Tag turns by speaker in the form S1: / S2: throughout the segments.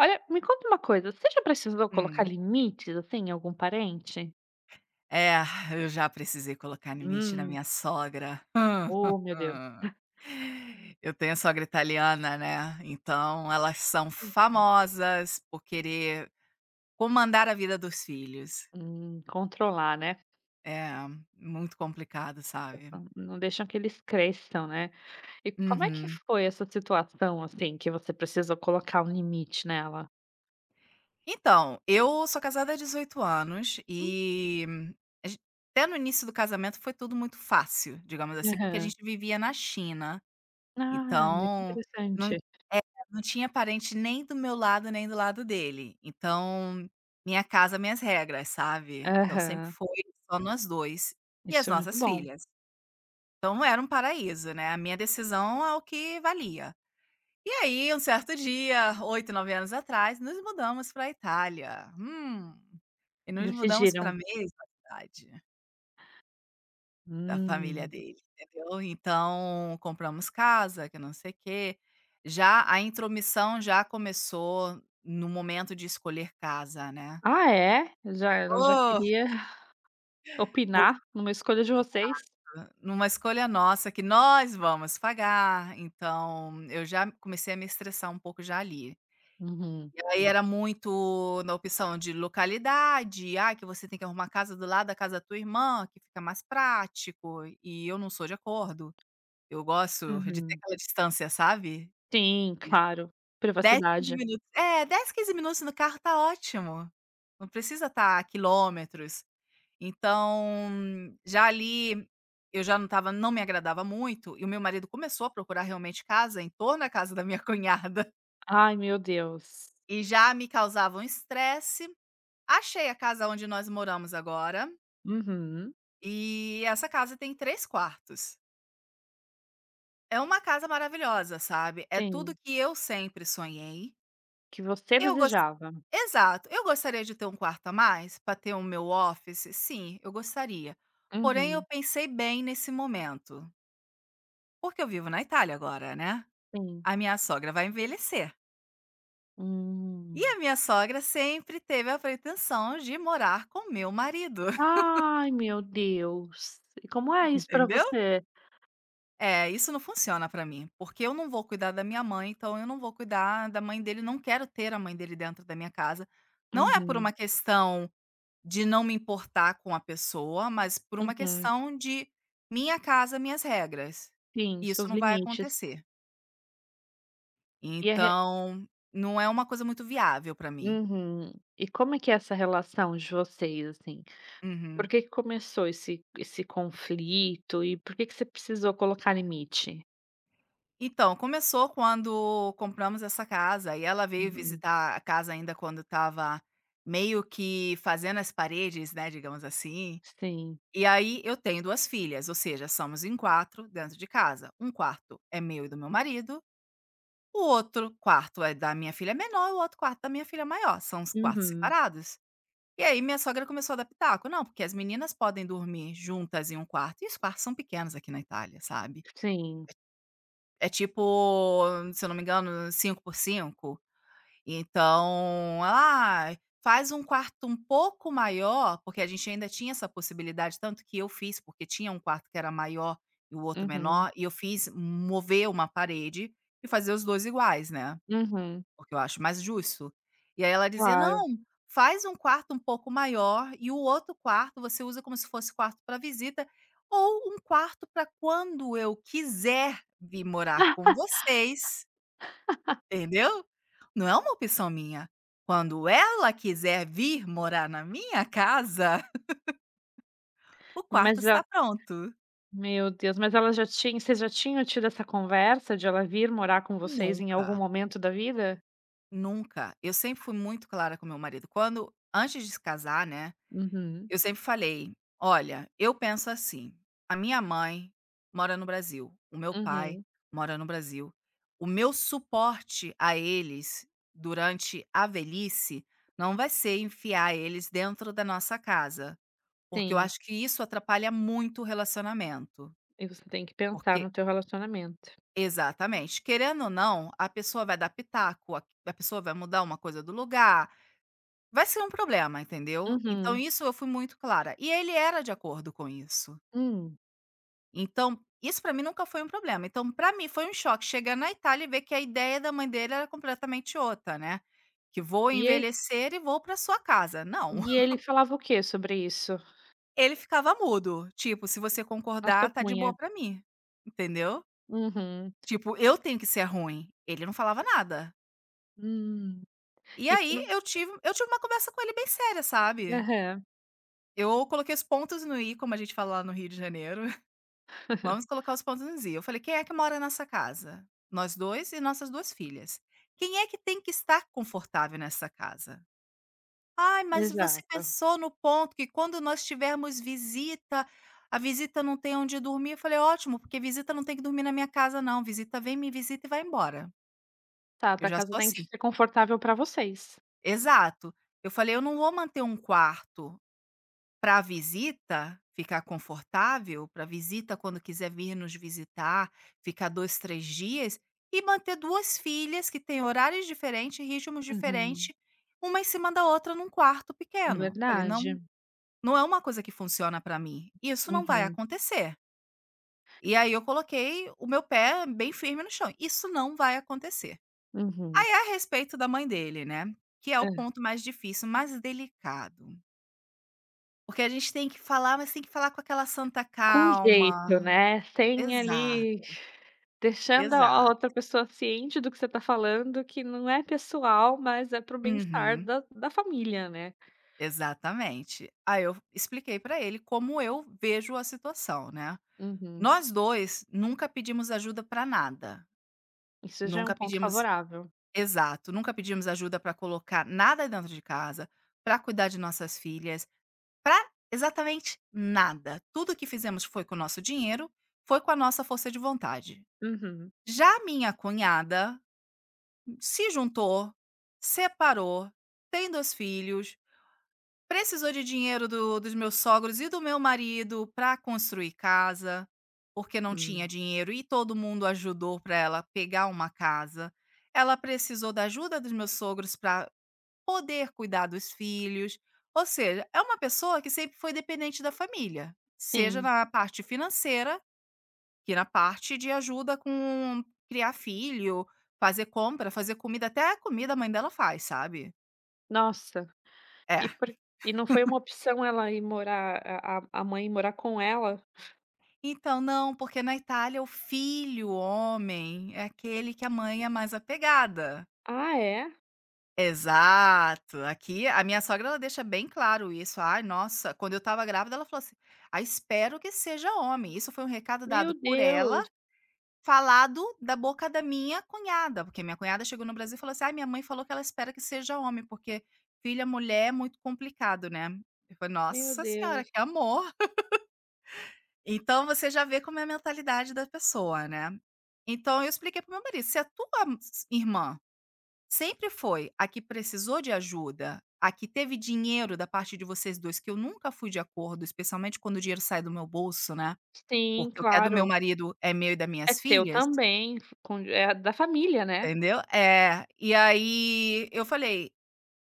S1: Olha, me conta uma coisa, você já precisou colocar
S2: Hum.
S1: limites, assim, em algum parente?
S2: É, eu já precisei colocar limite na
S1: Hum.
S2: minha sogra.
S1: Oh, meu Deus.
S2: Eu tenho sogra italiana, né, então elas são famosas por querer comandar a vida dos filhos.
S1: Controlar, né.
S2: É muito complicado, sabe.
S1: Não deixam que eles cresçam, né. E como é que
S2: Uhum.
S1: foi essa situação, assim, que você precisou colocar um limite nela?
S2: Então, eu sou casada há 18 anos
S1: Hum,
S2: e a gen até no início do casamento foi tudo muito fácil, digamos assim, porque a
S1: aham.
S2: gente vivia na China.
S1: Ah, olha que
S2: Então, não
S1: interessante.
S2: é, não tinha parente nem do meu lado, nem do lado dele. Então, minha casa, minhas regras, sabe. Então sempre
S1: Aham,
S2: foi só nós 2 e as
S1: isso é muito
S2: nossas
S1: bom.
S2: filhas. Então era um paraíso, né, a minha decisão é o que valia. E aí, um certo dia, 8 9 anos atrás, nos mudamos para a Itália. Hum. E nos mudamos para a
S1: Decidiram.
S2: mesma cidade. Da família
S1: Hum.
S2: dele, entendeu. Então, compramos casa, que não sei o quê. Já a intromissão já começou no momento de escolher casa, né.
S1: Ah, é? Já Ela já
S2: Oh!
S1: queria
S2: Por
S1: opinar numa escolha de vocês?
S2: numa escolha nossa que nós vamos pagar, então eu já comecei a me estressar um pouco já ali.
S1: Uhum,
S2: E aí era muito na opção de localidade, ah, que você tem que arrumar a casa do lado da casa da tua irmã, que fica mais prático", e eu não sou de acordo. Eu gosto de ter
S1: uhum.
S2: aquela distância, sabe?
S1: Sim, claro.
S2: Dez, 15
S1: Privacidade.
S2: minutos. É, 10, 15 minutos no carro tá ótimo. Não precisa estar quilômetros. Então, já ali, eu já não estava não me agradava muito, e o meu marido começou a procurar realmente casa em torno da casa da minha cunhada,
S1: Ai, meu Deus.
S2: e já me causava um estresse. Achei a casa onde nós moramos agora,
S1: Uhum.
S2: e essa casa tem 3 quartos. É uma casa maravilhosa, sabe, é tudo
S1: Sim.
S2: que eu sempre sonhei.
S1: Que você
S2: Eu gos
S1: desejava.
S2: Exato. Eu gostaria de ter um quarto a mais para ter o meu office? Sim, eu gostaria. Porém, eu
S1: Uhum.
S2: pensei bem nesse momento, porque eu vivo na Itália agora, né?
S1: Sim.
S2: A minha sogra vai envelhecer. E
S1: Hum.
S2: a minha sogra sempre teve a pretensão de morar com meu marido,
S1: Ai, meu Deus. E como é isso pra
S2: entendeu?
S1: você?
S2: É, isso não funciona para mim, porque eu não vou cuidar da minha mãe, então eu não vou cuidar da mãe dele, não quero ter a mãe dele dentro da minha casa. Não é por uma
S1: Uhum,
S2: questão de não me importar com a pessoa, mas por uma
S1: uhum.
S2: questão de minha casa, minhas regras.
S1: Sim,
S2: E isso
S1: seus
S2: não vai
S1: limites.
S2: acontecer.
S1: E a re
S2: Então, não é uma coisa muito viável para mim.
S1: Uhum. E como é que é essa relação de vocês, assim? Por
S2: Uhum.
S1: que que começou esse conflito e por que que você precisou colocar limite?
S2: Então, começou quando compramos essa casa e ela veio
S1: Uhum.
S2: visitar a casa ainda quando estava meio que fazendo as paredes, né, digamos assim.
S1: Sim.
S2: E aí eu tenho 2 filhas, ou seja, somos em 4 dentro de casa. Um quarto é meu e do meu marido. O outro quarto é da minha filha menor, e o outro quarto da minha filha maior, são os quartos
S1: Uhum.
S2: separados. E aí minha sogra começou a dar pitaco: "Não, porque as meninas podem dormir juntas em um quarto", e os quartos são pequenos aqui na Itália, sabe.
S1: Sim.
S2: É tipo, se eu não me engano, 5 por 5. Então ela: "Ah, faz um quarto um pouco maior", porque a gente ainda tinha essa possibilidade, tanto que eu fiz, porque tinha um quarto que era maior e o outro
S1: Uhum,
S2: menor, e eu fiz mover uma parede e fazer os 2 iguais, né.
S1: uhum,
S2: O que eu acho mais justo. E aí ela dizia:
S1: claro.
S2: "Não, faz um quarto um pouco maior e o outro quarto você usa como se fosse quarto para visita, ou um quarto para quando eu quiser vir morar com vocês", entendeu? Não é uma opção minha. Quando ela quiser vir morar na minha casa, o
S1: Mas
S2: quarto está
S1: a
S2: pronto.
S1: Meu Deus, mas ela já tinha vocês já tinham tido essa conversa de ela vir morar com vocês em algum
S2: Nunca,
S1: momento da vida?
S2: nunca. Eu sempre fui muito clara com meu marido. Quando antes de se casar, né.
S1: Uhum.
S2: Eu sempre falei: "Olha, eu penso assim, a minha mãe mora no Brasil, o meu pai
S1: Uhum,
S2: mora no Brasil. O meu suporte a eles durante a velhice não vai ser enfiar eles dentro da nossa casa, porque eu
S1: sim,
S2: acho que isso atrapalha muito o relacionamento".
S1: e você tem que pensar
S2: Porque
S1: no teu relacionamento.
S2: exatamente, querendo ou não, a pessoa vai dar pitaco, a pessoa vai mudar uma coisa do lugar, vai ser um problema, entendeu? Então
S1: Uhum,
S2: isso eu fui muito clara, e ele era de acordo com isso.
S1: hum.
S2: Então, isso para mim nunca foi um problema. Então, para mim foi um choque chegar na Itália e ver que a ideia da mãe dele era completamente outra, né, que vou
S1: E ele
S2: envelhecer e vou para sua casa, não.
S1: e ele falava o quê sobre isso?
S2: Ele ficava mudo, tipo: "Se você
S1: Não se
S2: concordar, tá de
S1: opunha?
S2: boa para mim", entendeu?
S1: Uhum,
S2: Tipo, eu tenho que ser ruim, ele não falava nada.
S1: hum.
S2: E
S1: E
S2: aí
S1: como
S2: eu tive uma conversa com ele bem séria, sabe.
S1: Aham,
S2: Eu coloquei os pontos no i, como a gente fala lá no Rio de Janeiro. Vamos colocar os pontos nos i. Eu falei: "Quem é que mora nessa casa? Nós 2 e nossas 2 filhas. Quem é que tem que estar confortável nessa casa? Ai, mas você
S1: exato.
S2: pensou no ponto que quando nós tivermos visita, a visita não tem onde dormir?" Eu falei: "Ótimo, porque visita não tem que dormir na minha casa não, visita vem, me visita e vai embora."
S1: Tá,
S2: Eu
S1: tua
S2: já
S1: casa
S2: sou
S1: tem que
S2: assim.
S1: ser confortável para vocês.
S2: Exato. Eu falei: "Eu não vou manter um quarto para a visita ficar confortável, para a visita quando quiser vir nos visitar, ficar 2 3 dias, e manter 2 filhas que têm horários diferentes, ritmos
S1: Uhum,
S2: diferentes, uma em cima da outra num quarto pequeno. Falei: "Não,
S1: verdade.
S2: não é uma coisa que funciona para mim, isso não vai
S1: Uhum,
S2: acontecer". E aí eu coloquei o meu pé bem firme no chão, isso não vai acontecer.
S1: uhum.
S2: Aí a respeito da mãe dele, né, que é o
S1: Hã.
S2: ponto mais difícil, mais delicado. Porque a gente tem que falar, mas tem que falar com aquela santa
S1: Com jeito,
S2: calma.
S1: né, sem
S2: Exato,
S1: ali deixando a
S2: exato.
S1: outra pessoa ciente do que você tá falando, que não é pessoal, mas é para o bem-estar
S2: Uhum,
S1: da família, né.
S2: exatamente. Aí eu expliquei pra ele como eu vejo a situação, né.
S1: Uhum.
S2: Nós 2 nunca pedimos ajuda pra nada,
S1: Isso já é
S2: nunca
S1: um ponto
S2: pedimos,
S1: favorável.
S2: exato, nunca pedimos ajuda pra colocar nada dentro de casa, pra cuidar de nossas filhas, pra exatamente nada. Tudo que fizemos foi com o nosso dinheiro, foi com a nossa força de vontade.
S1: Uhum.
S2: Já a minha cunhada se juntou, separou, tem 2 filhos, precisou de dinheiro do dos meus sogros e do meu marido para construir casa, porque não tinha
S1: Hum.
S2: dinheiro e todo mundo ajudou para ela pegar uma casa. Ela precisou da ajuda dos meus sogros para poder cuidar dos filhos, ou seja, é uma pessoa que sempre foi dependente da família, seja
S1: Sim.
S2: na parte financeira que na parte de ajuda com criar filho, fazer compra, fazer comida, até a comida a mãe dela faz, sabe.
S1: Nossa,
S2: É.
S1: e por e não foi uma opção ela ir morar a mãe morar com ela?
S2: Então não, porque na Itália o filho homem é aquele que a mãe é mais apegada.
S1: Ah, é?
S2: Exato. Aqui a minha sogra ela deixa bem claro isso. Ai, nossa, quando eu estava grávida ela falou assim: "Ah, espero que seja homem". Isso foi um recado
S1: Meu
S2: dado por ela,
S1: Deus,
S2: falado da boca da minha cunhada, porque minha cunhada chegou no Brasil e falou assim: "Ai, minha mãe falou que ela espera que seja homem, porque filha mulher é muito complicado, né". Eu falei:
S1: meu
S2: "Nossa senhora,
S1: Deus.
S2: que amor". Então você já vê como é a mentalidade da pessoa, né. Então eu expliquei para meu marido: "Se a tua m- s irmã sempre foi a que precisou de ajuda, a que teve dinheiro da parte de vocês 2, que eu nunca fui de acordo, especialmente quando o dinheiro sai do meu bolso, né,
S1: Sim,
S2: porque o que é do meu
S1: claro.
S2: marido é meu e das
S1: É
S2: minhas
S1: seu
S2: filhas".
S1: também, com é da família, né.
S2: Entendeu? É. E aí eu falei: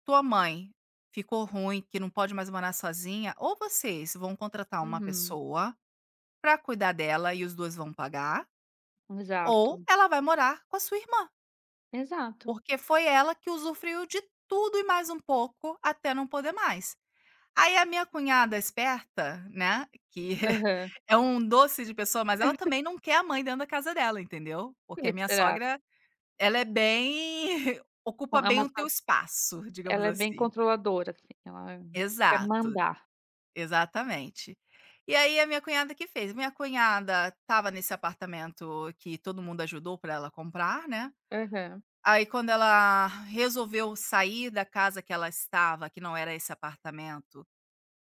S2: "Tua mãe ficou ruim, que não pode mais morar sozinha, ou vocês vão contratar uma
S1: Uhum.
S2: pessoa para cuidar dela e os 2 vão pagar,
S1: Exato,
S2: ou ela vai morar com a sua irmã,
S1: exato.
S2: porque foi ela que usufruiu de tudo e mais um pouco até não poder mais". Aí a minha cunhada esperta, né, que
S1: Aham.
S2: é um doce de pessoa, mas ela também não quer a mãe dentro da casa dela, entendeu?
S1: Por
S2: Porque
S1: que
S2: a minha
S1: Será?
S2: sogra ela é bem ocupa
S1: Bom, é
S2: bem
S1: uma
S2: o teu
S1: fa
S2: espaço, digamos
S1: ela é bem
S2: assim.
S1: controladora, assim, ela quer
S2: Exato,
S1: mandar.
S2: exatamente. E aí a minha cunhada que fez, minha cunhada estava nesse apartamento que todo mundo ajudou para ela comprar, né.
S1: Aham.
S2: Aí quando ela resolveu sair da casa que ela estava, que não era esse apartamento,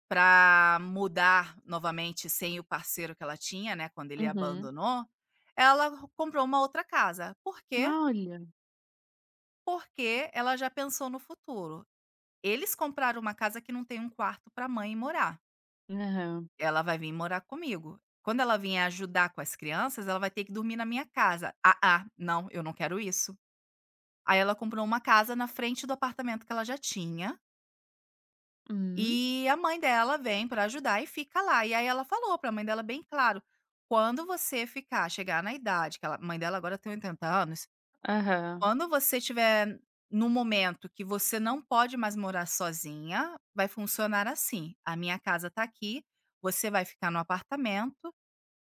S2: para mudar novamente sem o parceiro que ela tinha, né, quando ele
S1: Uhum.
S2: abandonou, ela comprou uma outra casa. Por quê?
S1: Ah, olha.
S2: Porque ela já pensou no futuro. Eles compraram uma casa que não tem um quarto para a mãe morar.
S1: Aham.
S2: Ela vai vir morar comigo. Quando ela vier ajudar com as crianças, ela vai ter que dormir na minha casa. Ah, ah, não, eu não quero isso. Aí ela comprou uma casa na frente do apartamento que ela já tinha,
S1: Hum.
S2: e a mãe dela vem para ajudar e fica lá. E aí ela falou para a mãe dela bem claro: "Quando você ficar chegar na idade", que ela a mãe dela agora tem 80 anos.
S1: Aham.
S2: Quando você estiver no momento que você não pode mais morar sozinha, vai funcionar assim: "A minha casa tá aqui, você vai ficar no apartamento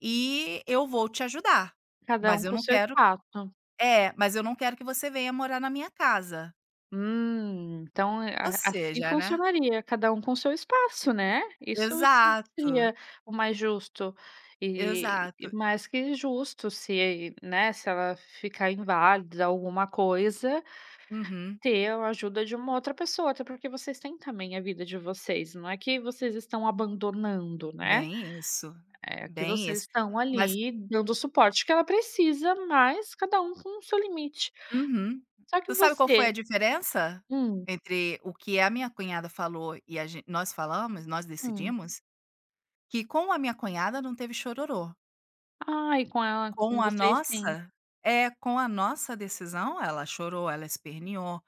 S2: e eu vou te ajudar,
S1: Cada
S2: mas
S1: um
S2: eu
S1: com
S2: não
S1: seu
S2: quero",
S1: espaço.
S2: é, "mas eu não quero que você venha morar na minha casa".
S1: Então,
S2: Ou
S1: a assim
S2: seja, né?
S1: funcionaria, cada um com seu espaço, né. Isso sim
S2: Exato,
S1: seria o mais justo e
S2: exato.
S1: mais que justo se, né, se ela ficar inválida alguma coisa.
S2: Uhum.
S1: Ter a ajuda de uma outra pessoa, até porque vocês têm também a vida de vocês, não é que vocês estão abandonando, né,
S2: Bem isso,
S1: é que
S2: bem
S1: vocês
S2: isso.
S1: estão
S2: Mas
S1: ali dando o suporte que ela precisa, mas cada um com o seu limite.
S2: uhum.
S1: Só que
S2: Tu sabe qual foi a
S1: você
S2: diferença
S1: Hum,
S2: entre o que a minha cunhada falou e a gen nós falamos, nós
S1: hum.
S2: decidimos? Que com a minha cunhada não teve chororô,
S1: Ai, com ela
S2: com
S1: com
S2: a
S1: vocês sim.
S2: nossa, é, com a nossa decisão ela chorou, ela esperneou.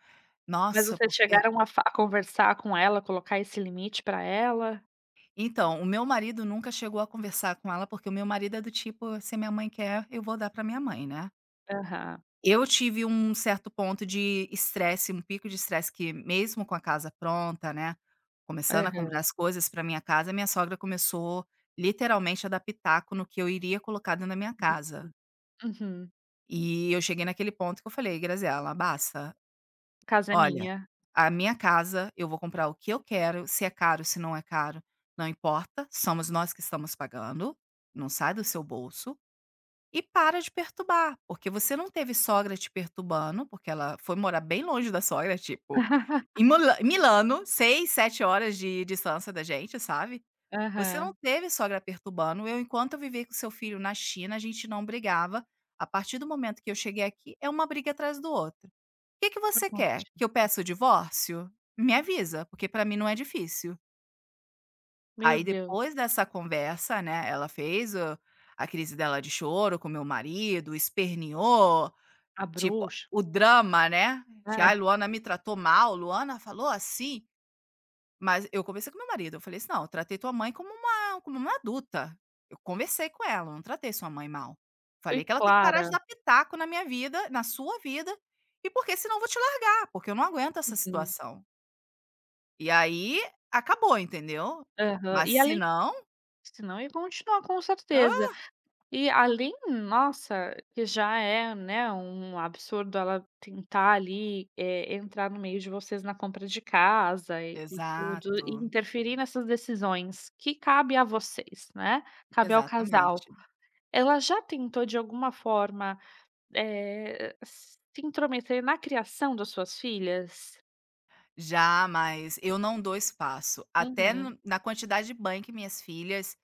S1: Mas
S2: Nossa,
S1: vocês
S2: porque
S1: chegaram a conversar com ela, colocar esse limite pra ela?
S2: então, o meu marido nunca chegou a conversar com ela, porque o meu marido é do tipo: "Se minha mãe quer, eu vou dar pra minha mãe, né".
S1: Aham,
S2: Eu tive um certo ponto de estresse, um pico de estresse que mesmo com a casa pronta, né, começando a comprar
S1: aham.
S2: as coisas para minha casa, minha sogra começou literalmente a dar pitaco no que eu iria colocar dentro da minha casa.
S1: Uhum.
S2: E eu cheguei naquele ponto que eu falei: "Graziela, basta.
S1: Casa é
S2: Olha,
S1: minha.
S2: a minha casa, eu vou comprar o que eu quero, se é caro, se não é caro, não importa, somos nós que estamos pagando, não sai do seu bolso. E para de perturbar, porque você não teve sogra te perturbando, porque ela foi morar bem longe da sogra, tipo, em Milano, 6, 7 horas de distância da gente, sabe. Você não
S1: Aham.
S2: teve sogra perturbando, eu enquanto eu vivi com seu filho na China, a gente não brigava, a partir do momento que eu cheguei aqui, é uma briga atrás do outro. O: "Que que
S1: Por
S2: você
S1: conta
S2: quer?
S1: de
S2: Que eu peça o divórcio? Me avisa, porque para mim não é difícil".
S1: Meu
S2: Aí
S1: Deus,
S2: depois dessa conversa, né, ela fez o a crise dela de choro com meu marido, esperneou,
S1: a
S2: tipo,
S1: bruxa,
S2: o drama, né, de:
S1: né,
S2: "Ai, Luana me tratou mal, Luana falou assim", mas eu conversei com meu marido, eu falei assim: "Não, eu tratei tua mãe como uma adulta, eu conversei com ela, eu não tratei sua mãe mal. Falei
S1: fui
S2: que ela tem que parar de
S1: clara.
S2: dar pitaco na minha vida, na sua vida, e porque senão eu vou te largar, porque eu não aguento essa
S1: Sim.
S2: situação". E aí acabou, entendeu.
S1: Aham.
S2: Mas
S1: E
S2: se
S1: além
S2: não...
S1: Se não ia continuar com certeza. E além Nossa, que já é, né, um absurdo ela tentar ali, entrar no meio de vocês na compra de casa e tudo, e
S2: Exato,
S1: interferir nessas decisões que cabe a vocês, né, cabe ao casal.
S2: exatamente.
S1: Ela já tentou de alguma forma, se intrometer na criação das suas filhas?
S2: Já, mas eu não dou espaço. Até
S1: Uhum.
S2: no na quantidade de banho que minhas filhas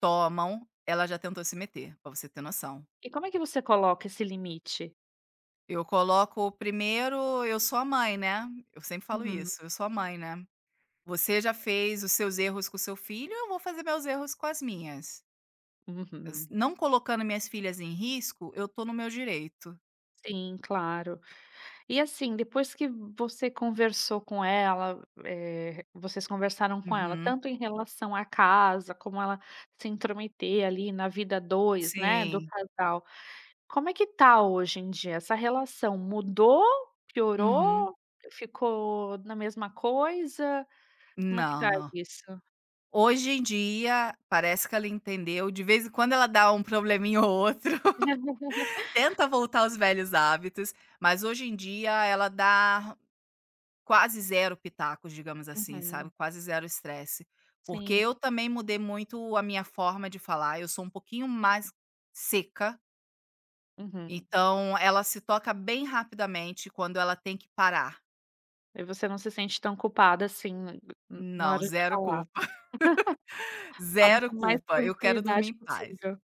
S2: tomam, ela já tentou se meter, pra você ter noção.
S1: E como é que você coloca esse limite?
S2: Eu coloco primeiro: eu sou a mãe, né, eu sempre falo
S1: Uhum,
S2: isso, eu sou a mãe, né. Você já fez os seus erros com o seu filho, eu vou fazer meus erros com as minhas. S
S1: uhum.
S2: Não colocando minhas filhas em risco, eu tô no meu direito.
S1: Sim, claro. E assim, depois que você conversou com ela, vocês conversaram com ela,
S2: Uhum.
S1: tanto em relação à casa, como ela se intrometer ali na vida 2, né, do
S2: Sim.
S1: casal. Como é que tá hoje em dia? Essa relação mudou?
S2: Uhum.
S1: Piorou? Ficou na mesma coisa? Como é que
S2: Não,
S1: tá
S2: não.
S1: isso?
S2: Hoje em dia, parece que ela entendeu, de vez em quando ela dá um probleminha ou outro, tenta voltar aos velhos hábitos, mas hoje em dia ela dá quase zero pitacos, digamos assim, sabe,
S1: Uhum.
S2: quase zero estresse. Porque
S1: Sim.
S2: eu também mudei muito a minha forma de falar, eu sou um pouquinho mais seca,
S1: Uhum.
S2: então ela se toca bem rapidamente quando ela tem que parar.
S1: E você não se sente tão culpada assim, n na
S2: Não,
S1: hora de
S2: zero
S1: falar.
S2: culpa,
S1: Fala
S2: zero
S1: com mais
S2: culpa, eu quero dormir em
S1: tranquilidade
S2: paz.
S1: possível.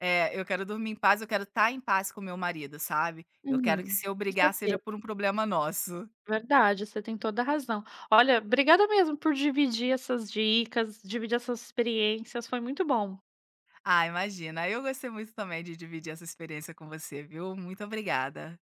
S2: É, eu quero dormir em paz, eu quero estar em paz com meu marido, sabe. Eu quero que,
S1: Uhum.
S2: se eu
S1: Com
S2: brigar, seja
S1: certeza,
S2: por um problema nosso.
S1: verdade, você tem toda a razão. Olha, obrigada mesmo por dividir essas dicas, dividir essas experiências, foi muito bom.
S2: Ah, imagina, eu gostei muito também de dividir essa experiência com você, viu. Muito obrigada.